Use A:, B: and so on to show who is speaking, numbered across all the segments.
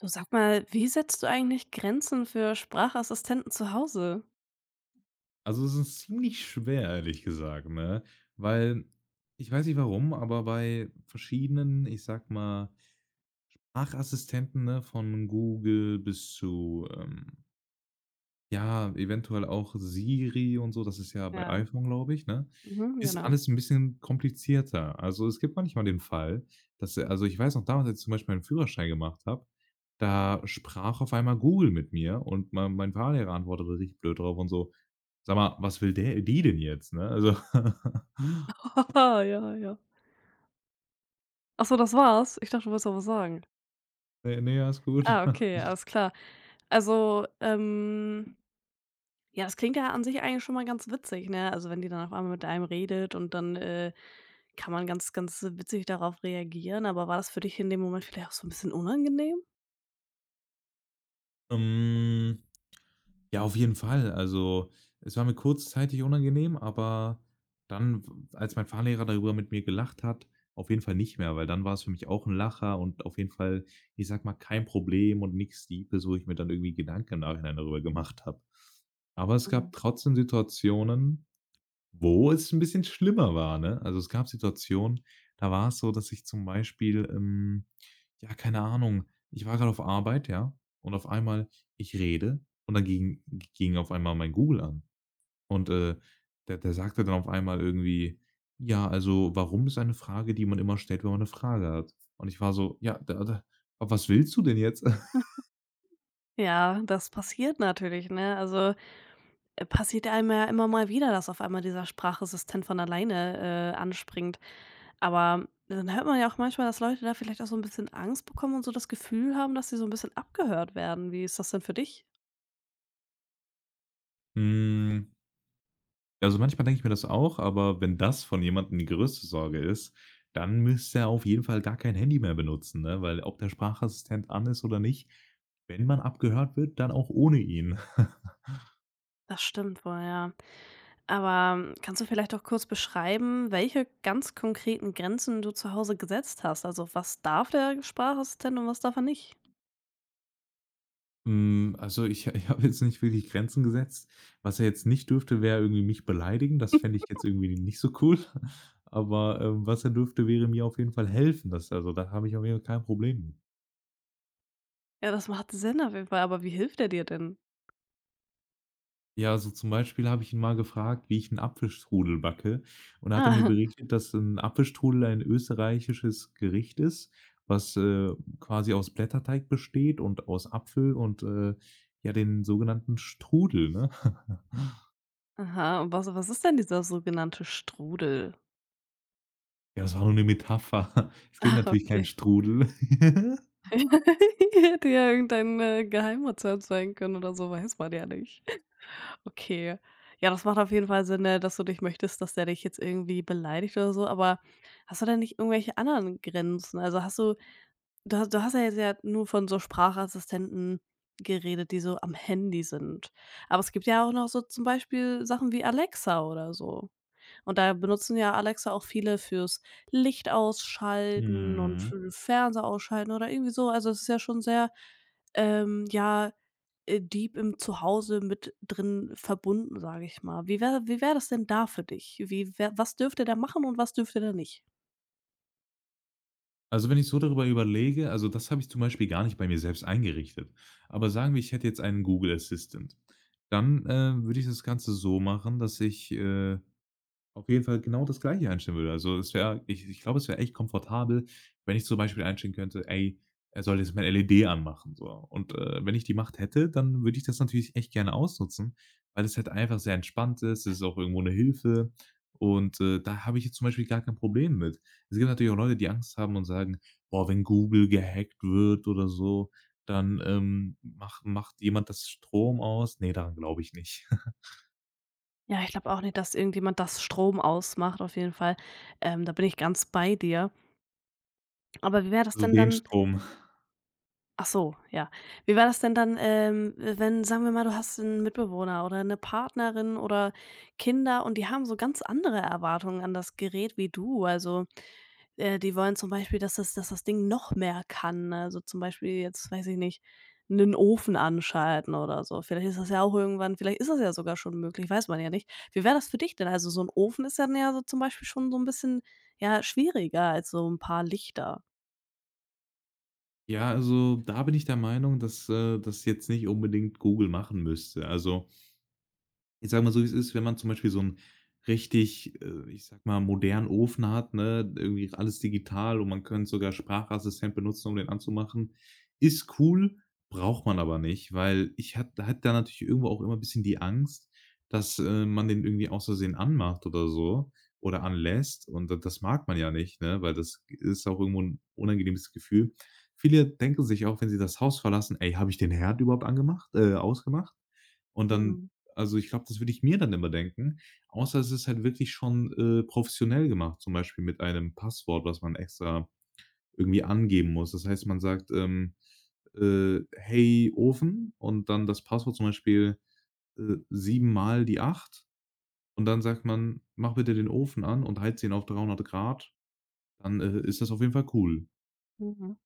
A: Du sag mal, wie setzt du eigentlich Grenzen für Sprachassistenten zu Hause?
B: Also, es ist ziemlich schwer, ehrlich gesagt, ne? Weil ich weiß nicht warum, aber bei verschiedenen, ich sag mal, Sprachassistenten, ne, von Google bis zu, ja, eventuell auch Siri und so, das ist ja bei
A: Ja,
B: iPhone, glaube ich, ne,
A: mhm,
B: ist
A: genau.
B: alles ein bisschen komplizierter. Also, es gibt manchmal den Fall, dass also, ich weiß noch damals, als ich zum Beispiel meinen Führerschein gemacht habe, da sprach auf einmal Google mit mir und mein Fahrlehrer antwortete richtig blöd drauf und so: Sag mal, was will der die denn jetzt, ne? Also,
A: Ja, ja. Ach so, das war's? Ich dachte, du wolltest noch was sagen.
B: ne, ne, ja, ist gut.
A: Ah, okay, alles klar. Also, ja, das klingt ja an sich eigentlich schon mal ganz witzig, ne? Also, wenn die dann auf einmal mit einem redet und dann kann man ganz, ganz witzig darauf reagieren. Aber war das für dich in dem Moment vielleicht auch so ein bisschen unangenehm?
B: Ähm, ja, auf jeden Fall. Also, es war mir kurzzeitig unangenehm, aber dann, w als mein Fahrlehrer darüber mit mir gelacht hat, auf jeden Fall nicht mehr, weil dann war es für mich auch ein Lacher und auf jeden Fall, ich sag mal, kein Problem und nichts Deepes, wo ich mir dann irgendwie Gedanken im Nachhinein darüber gemacht habe. Aber es gab
A: Mhm.
B: trotzdem Situationen, wo es 'n bisschen schlimmer war, ne? Also, es gab Situationen, da war es so, dass ich zum Beispiel, ja, keine Ahnung, ich war grad auf Arbeit, ja, und auf einmal ich rede und dann ging auf einmal mein Google an. Und, der sagte dann auf einmal irgendwie: „Ja, also, warum ist eine Frage, die man immer stellt, wenn man 'ne Frage hat?“ Und ich war so: „Ja, da was willst du denn jetzt?“
A: Ja, das passiert natürlich, ne? Also, passiert einem ja immer mal wieder, dass auf einmal dieser Sprachassistent von alleine, anspringt. Aber dann hört man ja auch manchmal, dass Leute da vielleicht auch so ein bisschen Angst bekommen und so das Gefühl haben, dass sie so ein bisschen abgehört werden. Wie ist das denn für dich?
B: Hm. Ja, also, manchmal denke ich mir das auch, aber wenn das von jemandem die größte Sorge ist, dann müsste er auf jeden Fall gar kein Handy mehr benutzen, ne? Weil ob der Sprachassistent an ist oder nicht, wenn man abgehört wird, dann auch ohne ihn.
A: Das stimmt wohl, ja. Aber kannst du vielleicht auch kurz beschreiben, welche ganz konkreten Grenzen du zu Hause gesetzt hast? Also, was darf der Sprachassistent und was darf er nicht?
B: Hm, also ich habe jetzt nicht wirklich Grenzen gesetzt. Was er jetzt nicht dürfte, wäre irgendwie mich beleidigen. Das fände ich jetzt irgendwie nicht so cool. Aber, was er dürfte, wäre mir auf jeden Fall helfen. Das, also, da habe ich auf jeden Fall kein Problem mit.
A: Ja, das macht Sinn auf jeden Fall, aber wie hilft er dir denn?
B: Ja, so zum Beispiel habe ich ihn mal gefragt, wie ich 'n Apfelstrudel backe, und da hat er mir
A: Ah,
B: berichtet, dass 'n Apfelstrudel ein österreichisches Gericht ist, was, quasi aus Blätterteig besteht und aus Apfel und, ja, den sogenannten Strudel, ne?
A: aha, und was ist denn dieser sogenannte Strudel?
B: Ja, das war nur 'ne Metapher. Es gibt
A: Ah,
B: natürlich keinen
A: okay.
B: Strudel.
A: Hätte ja irgendein, Geheimrezept sein können oder so, weiß man ja nicht. Okay. Ja, das macht auf jeden Fall Sinn, ne, dass du dich möchtest, dass der dich jetzt irgendwie beleidigt oder so, aber hast du denn nicht irgendwelche anderen Grenzen? Also, hast du Du ha du hast ja jetzt ja nur von so Sprachassistenten geredet, die so am Handy sind. Aber es gibt ja auch noch so zum Beispiel Sachen wie Alexa oder so. Und da benutzen ja Alexa auch viele fürs Licht ausschalten und
B: Mhm.
A: für den Fernseher ausschalten oder irgendwie so. Also, es ist ja schon sehr, ja, deep im Zuhause mit drin verbunden, sage ich mal. Wie wäre das denn da für dich? Wie wär was dürfte der machen und was dürfte der nicht?
B: Also, wenn ich so darüber überlege, also, das habe ich zum Beispiel gar nicht bei mir selbst eingerichtet. Aber sagen wir, ich hätte jetzt einen Google Assistant, dann, würde ich das Ganze so machen, dass ich, auf jeden Fall genau das Gleiche einstellen würde. Also, es wäre, ich ich glaube, es wäre echt komfortabel, wenn ich zum Beispiel einstellen könnte: „Ey, er soll jetzt mal LED anmachen“, so. Und, wenn ich die Macht hätte, dann würde ich das natürlich echt gerne ausnutzen, weil es halt einfach sehr entspannt ist. Es ist auch irgendwo eine Hilfe, und, da habe ich jetzt zum Beispiel gar kein Problem mit. Es gibt natürlich auch Leute, die Angst haben und sagen: „Boah, wenn Google gehackt wird oder so, dann, macht jemand das Strom aus.“ Ne, daran glaube ich nicht.
A: Ja, ich glaube auch nicht, dass irgendjemand das Strom ausmacht auf jeden Fall. Da bin ich ganz bei dir. Aber wie wäre das
B: Also,
A: denn
B: den
A: dann?
B: Strom.
A: Ach so, ja. Wie war das denn dann, wenn sagen wir mal, du hast 'n Mitbewohner oder 'ne Partnerin oder Kinder und die haben so ganz andere Erwartungen an das Gerät wie du. Also, die wollen zum Beispiel, dass dass das Ding noch mehr kann. Also, zum Beispiel jetzt, weiß ich nicht, 'nen Ofen anschalten oder so. Vielleicht ist das ja auch irgendwann vielleicht ist das ja sogar schon möglich, weiß man ja nicht. Wie wäre das für dich denn? Also, so 'n Ofen ist dann ja so zum Beispiel schon so 'n bisschen, ja, schwieriger als so 'n paar Lichter.
B: Ja, also da bin ich der Meinung, dass, das jetzt nicht unbedingt Google machen müsste. Also, ich sage mal so, wie es ist, wenn man zum Beispiel so 'n richtig, ich sage mal, modernen Ofen hat, ne, irgendwie alles digital und man könnte sogar Sprachassistent benutzen, um den anzumachen. Ist cool, braucht man aber nicht, weil ich hatte da natürlich irgendwo auch immer bisschen die Angst, dass, man den irgendwie aus Versehen anmacht oder so oder anlässt und d das mag man ja nicht, ne, weil das ist auch irgendwo 'n unangenehmes Gefühl. Viele denken sich auch, wenn sie das Haus verlassen: „Ey, habe ich den Herd überhaupt angemacht ausgemacht?“ und dann,
A: Mhm.
B: also, ich glaube, das würde ich mir dann immer denken, außer es ist halt wirklich schon, professionell gemacht, zum Beispiel mit einem Passwort, was man extra irgendwie angeben muss. Das heißt, man sagt, „Hey, Ofen“ und dann das Passwort zum Beispiel, 7 mal die 8, und dann sagt man: „Mach bitte den Ofen an und heiz ihn auf 300 Grad.“ Dann, ist das auf jeden Fall cool.
A: Mhm.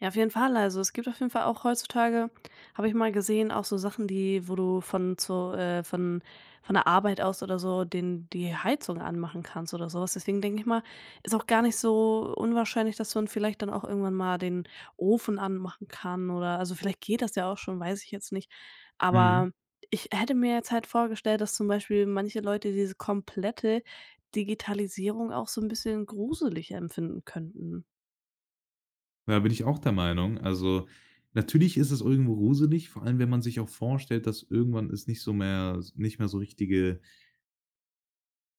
A: Ja, auf jeden Fall. Also, es gibt auf jeden Fall auch heutzutage habe ich mal gesehen, auch so Sachen, die wo du von zu von der Arbeit aus oder so den die Heizung anmachen kannst oder sowas. Deswegen denke ich mal, ist auch gar nicht so unwahrscheinlich, dass man vielleicht dann auch irgendwann mal den Ofen anmachen kann oder also, vielleicht geht das ja auch schon, weiß ich jetzt nicht.
B: Mhm.
A: Aber ich hätte mir jetzt halt vorgestellt, dass zum Beispiel manche Leute diese komplette Digitalisierung auch so ein bisschen gruselig empfinden könnten.
B: Da bin ich auch der Meinung. Also, natürlich ist es irgendwo gruselig, vor allem, wenn man sich auch vorstellt, dass irgendwann es nicht mehr so richtige,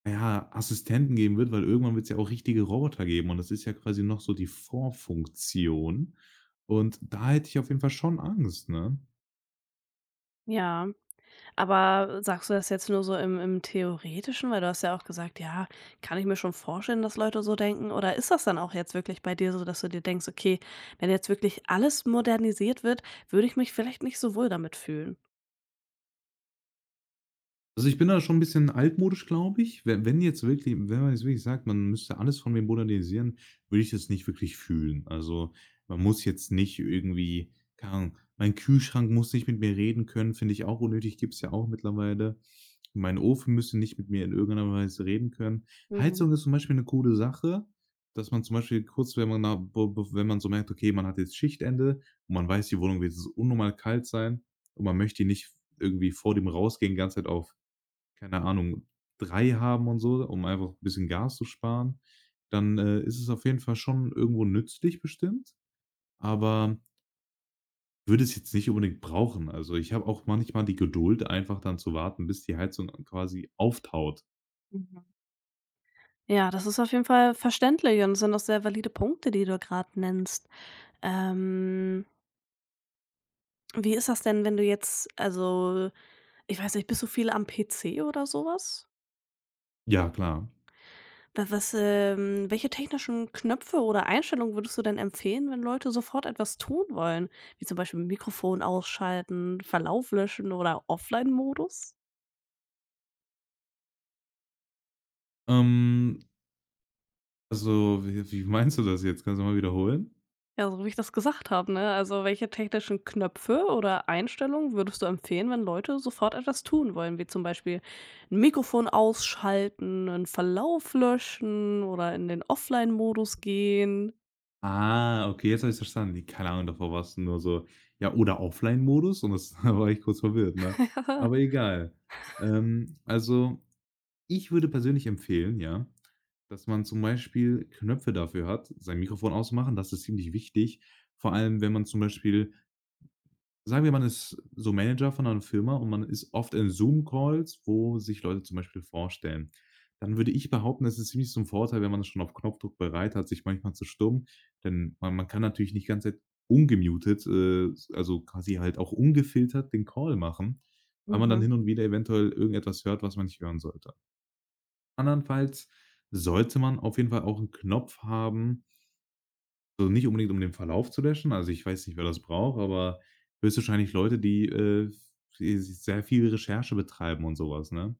B: na ja, Assistenten geben wird, weil irgendwann wird es ja auch richtige Roboter geben und das ist ja quasi noch so die Vorfunktion, und da hätte ich auf jeden Fall schon Angst, ne?
A: Ja. Aber sagst du das jetzt nur so im Theoretischen? Weil du hast ja auch gesagt: „Ja, kann ich mir schon vorstellen, dass Leute so denken.“ Oder ist das dann auch jetzt wirklich bei dir so, dass du dir denkst: „Okay, wenn jetzt wirklich alles modernisiert wird, würde ich mich vielleicht nicht so wohl damit fühlen?“
B: Also, ich bin da schon ein bisschen altmodisch, glaube ich. We Wenn jetzt wirklich, wenn man jetzt wirklich sagt, man müsste alles von mir modernisieren, würde ich das nicht wirklich fühlen. Also, man muss jetzt nicht irgendwie, keine Ahnung, mein Kühlschrank muss nicht mit mir reden können, finde ich auch unnötig, gibt's ja auch mittlerweile. Mein Ofen müsste nicht mit mir in irgendeiner Weise reden können.
A: Mhm,
B: Heizung ist zum Beispiel eine coole Sache, dass man zum Beispiel kurz, wenn man na be be wenn man so merkt, okay, man hat jetzt Schichtende und man weiß, die Wohnung wird jetzt unnormal kalt sein und man möchte nicht irgendwie vor dem Rausgehen die ganze Zeit auf, keine Ahnung, 3 haben und so, um einfach ein bisschen Gas zu sparen, dann, ist es auf jeden Fall schon irgendwo nützlich bestimmt, aber würde es jetzt nicht unbedingt brauchen. Also, ich habe auch manchmal die Geduld, einfach dann zu warten, bis die Heizung quasi auftaut.
A: mhm. Ja, das ist auf jeden Fall verständlich und das sind auch sehr valide Punkte, die du gerade nennst. Ähm, Wie ist das denn, wenn du jetzt also, ich weiß nicht, bist du viel am PC oder sowas?
B: Ja, klar.
A: Wa was, welche technischen Knöpfe oder Einstellungen würdest du denn empfehlen, wenn Leute sofort etwas tun wollen, wie zum Beispiel Mikrofon ausschalten, Verlauf löschen oder Offline-Modus?
B: Ähm, also, wie meinst du das jetzt? Kannst du mal wiederholen?
A: Ja, so wie ich das gesagt habe, ne? Also, welche technischen Knöpfe oder Einstellungen würdest du empfehlen, wenn Leute sofort etwas tun wollen, wie zum Beispiel 'n Mikrofon ausschalten, 'n Verlauf löschen oder in den Offline-Modus gehen?
B: Ah, okay, jetzt habe ich verstanden. Die, keine Ahnung, davor warst du nur so ja, oder Offline-Modus und das da war ich kurz verwirrt, ne? Aber egal. Ähm, also Ich würde persönlich empfehlen, ja, dass man zum Beispiel Knöpfe dafür hat, sein Mikrofon ausmachen, das ist ziemlich wichtig. Vor allem, wenn man zum Beispiel sagen wir, man ist so Manager von einer Firma und man ist oft in Zoom-Calls, wo sich Leute zum Beispiel vorstellen. Dann würde ich behaupten, es ist ziemlich zum Vorteil, wenn man das schon auf Knopfdruck bereit hat, sich manchmal zu stummen, denn man kann natürlich nicht ganz ungemutet, also quasi halt auch ungefiltert den Call machen, weil man dann
A: Mhm.
B: hin und wieder eventuell irgendetwas hört, was man nicht hören sollte. Andernfalls sollte man auf jeden Fall auch 'n Knopf haben, so nicht unbedingt, um den Verlauf zu löschen. Also, ich weiß nicht, wer das braucht, aber höchstwahrscheinlich Leute, die, v sehr viel Recherche betreiben und so was, ne?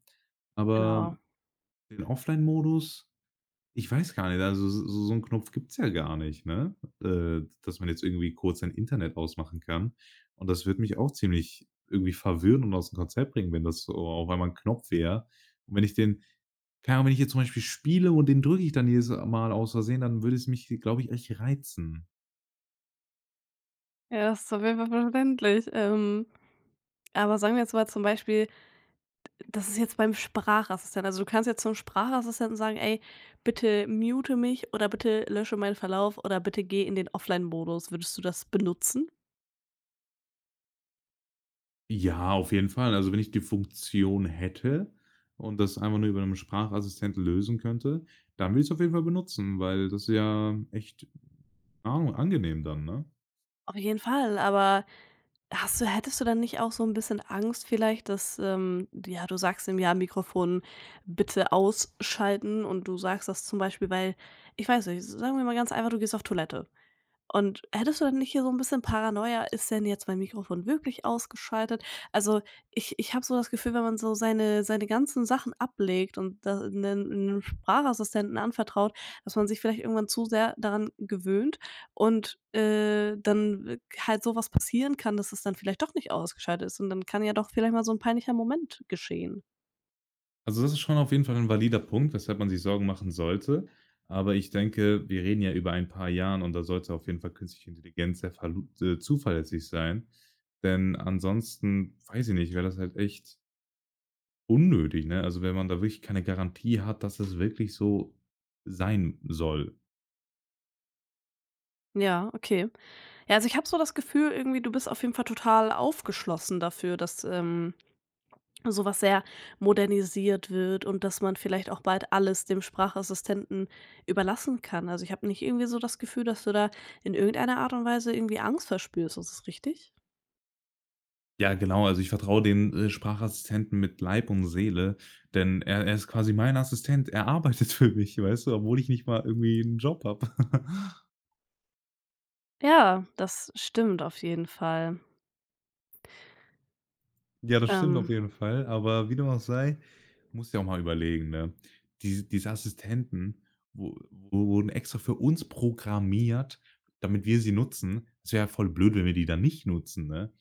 B: Aber
A: Genau.
B: den Offline-Modus, ich weiß gar nicht, also so 'n Knopf gibt's ja gar nicht, ne? Dass man jetzt irgendwie kurz sein Internet ausmachen kann. Und das würde mich auch ziemlich irgendwie verwirren und aus dem Konzept bringen, wenn das so auf einmal 'n Knopf wäre. Und wenn ich den, keine Ahnung, wenn ich jetzt zum Beispiel spiele und den drücke ich dann jedes Mal aus Versehen, dann würde es mich, glaube ich, echt reizen.
A: Ja, das ist auf jeden Fall verständlich. Aber sagen wir jetzt mal zum Beispiel, das ist jetzt beim Sprachassistenten. Also, du kannst jetzt zum Sprachassistenten sagen: „Ey, bitte mute mich oder bitte lösche meinen Verlauf oder bitte geh in den Offline-Modus.“ Würdest du das benutzen?
B: Ja, auf jeden Fall. Also, wenn ich die Funktion hätte und das einfach nur über einen Sprachassistenten lösen könnte, dann würde ich es auf jeden Fall benutzen, weil das ist ja echt, keine Ahnung, angenehm dann, ne?
A: Auf jeden Fall, aber hast du hättest du dann nicht auch so ein bisschen Angst vielleicht, dass, ja, du sagst ihm: „Ja, Mikrofon bitte ausschalten.“ Und du sagst das zum Beispiel, weil ich weiß nicht, sagen wir mal ganz einfach, du gehst auf Toilette. Und hättest du dann nicht hier so ein bisschen Paranoia: „Ist denn jetzt mein Mikrofon wirklich ausgeschaltet?“ Also, ich habe so das Gefühl, wenn man so seine ganzen Sachen ablegt und das da 'nen 'nem Sprachassistenten anvertraut, dass man sich vielleicht irgendwann zu sehr daran gewöhnt und, dann halt sowas passieren kann, dass es dann vielleicht doch nicht ausgeschaltet ist und dann kann ja doch vielleicht mal so ein peinlicher Moment geschehen.
B: Also, das ist schon auf jeden Fall ein valider Punkt, weshalb man sich Sorgen machen sollte. Aber ich denke, wir reden ja über ein paar Jahren und da sollte auf jeden Fall künstliche Intelligenz sehr verlu zuverlässig sein. Denn ansonsten, weiß ich nicht, wäre das halt echt unnötig, ne? Also, wenn man da wirklich keine Garantie hat, dass es wirklich so sein soll.
A: Ja, okay. Ja, also, ich habe so das Gefühl irgendwie, du bist auf jeden Fall total aufgeschlossen dafür, dass, so was sehr modernisiert wird und dass man vielleicht auch bald alles dem Sprachassistenten überlassen kann. Also, ich habe nicht irgendwie so das Gefühl, dass du da in irgendeiner Art und Weise irgendwie Angst verspürst. Ist das richtig?
B: Ja, genau, also ich vertraue dem, Sprachassistenten mit Leib und Seele, denn er ist quasi mein Assistent. Er arbeitet für mich, weißt du, obwohl ich nicht mal irgendwie einen Job habe.
A: Ja, das stimmt auf jeden Fall.
B: Ja, das stimmt auf
A: Ähm,
B: jeden Fall, aber wie dem auch sei, musst dir auch mal überlegen, ne? Diese Assistenten wo wo wurden extra für uns programmiert, damit wir sie nutzen. Es wäre ja voll blöd, wenn wir die dann nicht nutzen, ne?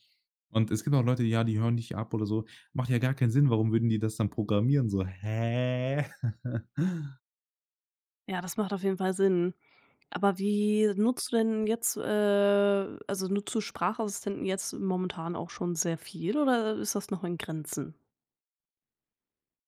B: Und es gibt auch Leute, ja, die hören nicht ab oder so. Macht ja gar keinen Sinn, warum würden die das dann programmieren? So, hä?
A: ja, das macht auf jeden Fall Sinn. Aber wie nutzt du denn jetzt, also, nutzt du Sprachassistenten jetzt momentan auch schon sehr viel oder ist das noch in Grenzen?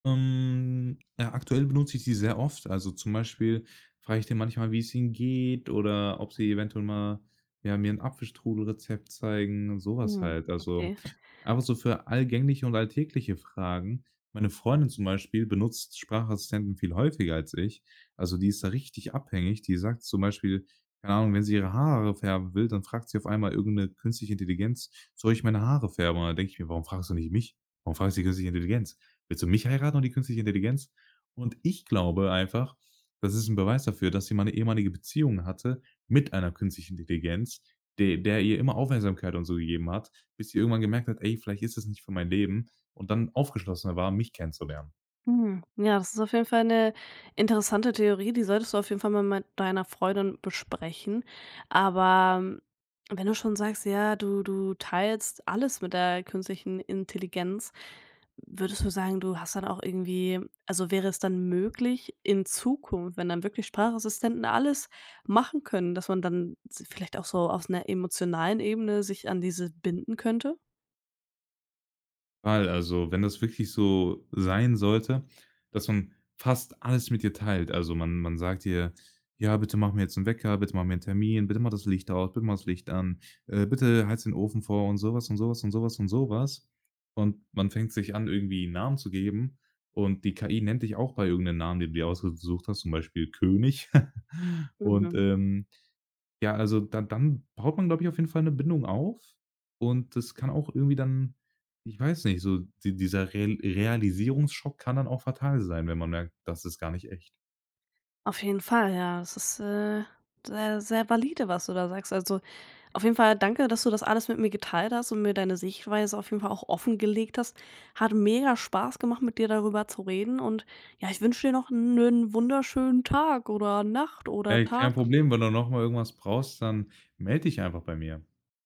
B: Ja, aktuell benutze ich die sehr oft. Also zum Beispiel frage ich den manchmal, wie es ihnen geht oder ob sie eventuell mal ja, mir ein Apfelstrudelrezept zeigen, so was
A: Mhm,
B: halt. Also,
A: okay.
B: einfach so für allgängliche und alltägliche Fragen. Meine Freundin zum Beispiel benutzt Sprachassistenten viel häufiger als ich. Also, die ist da richtig abhängig. Die sagt zum Beispiel, keine Ahnung, wenn sie ihre Haare färben will, dann fragt sie auf einmal irgendeine künstliche Intelligenz: „Soll ich meine Haare färben?“ Und dann denke ich mir: „Warum fragst du nicht mich? Warum fragst du die künstliche Intelligenz?“ Willst du mich heiraten und die künstliche Intelligenz? Und ich glaube einfach, das ist ein Beweis dafür, dass sie mal 'ne ehemalige Beziehung hatte mit einer künstlichen Intelligenz, de der ihr immer Aufmerksamkeit und so gegeben hat, bis sie irgendwann gemerkt hat: „Ey, vielleicht ist das nicht für mein Leben“, und dann aufgeschlossener war, mich kennenzulernen.
A: Mhm. Ja, das ist auf jeden Fall eine interessante Theorie, die solltest du auf jeden Fall mal mit deiner Freundin besprechen. Aber wenn du schon sagst, ja, du teilst alles mit der künstlichen Intelligenz, würdest du sagen, du hast dann auch irgendwie also, wäre es dann möglich in Zukunft, wenn dann wirklich Sprachassistenten alles machen können, dass man dann vielleicht auch so auf einer emotionalen Ebene sich an diese binden könnte?
B: Fall. Also, wenn das wirklich so sein sollte, dass man fast alles mit dir teilt. Also, man sagt dir: „Ja, bitte mach mir jetzt einen Wecker, bitte mach mir 'n Termin, bitte mach das Licht aus, bitte mach das Licht an, bitte heiz den Ofen vor“ und sowas und sowas und sowas und sowas. Und man fängt sich an, irgendwie Namen zu geben und die KI nennt dich auch bei irgend Namen, den du dir ausgesucht hast, zum Beispiel König. Und,
A: Mhm.
B: ja, also da dann baut man, glaube ich, auf jeden Fall eine Bindung auf und das kann auch irgendwie dann, ich weiß nicht, so dieser Realisierungsschock kann dann auch fatal sein, wenn man merkt, das ist gar nicht echt.
A: Auf jeden Fall, ja. Das ist, sehr, sehr valide, was du da sagst. Also, auf jeden Fall danke, dass du das alles mit mir geteilt hast und mir deine Sichtweise auf jeden Fall auch offengelegt hast. Hat mega Spaß gemacht, mit dir darüber zu reden und ja, ich wünsche dir noch einen wunderschönen Tag oder Nacht oder
B: „Ey, kein
A: Tag.
B: Problem, wenn du noch mal irgendwas brauchst, dann melde dich einfach bei mir.“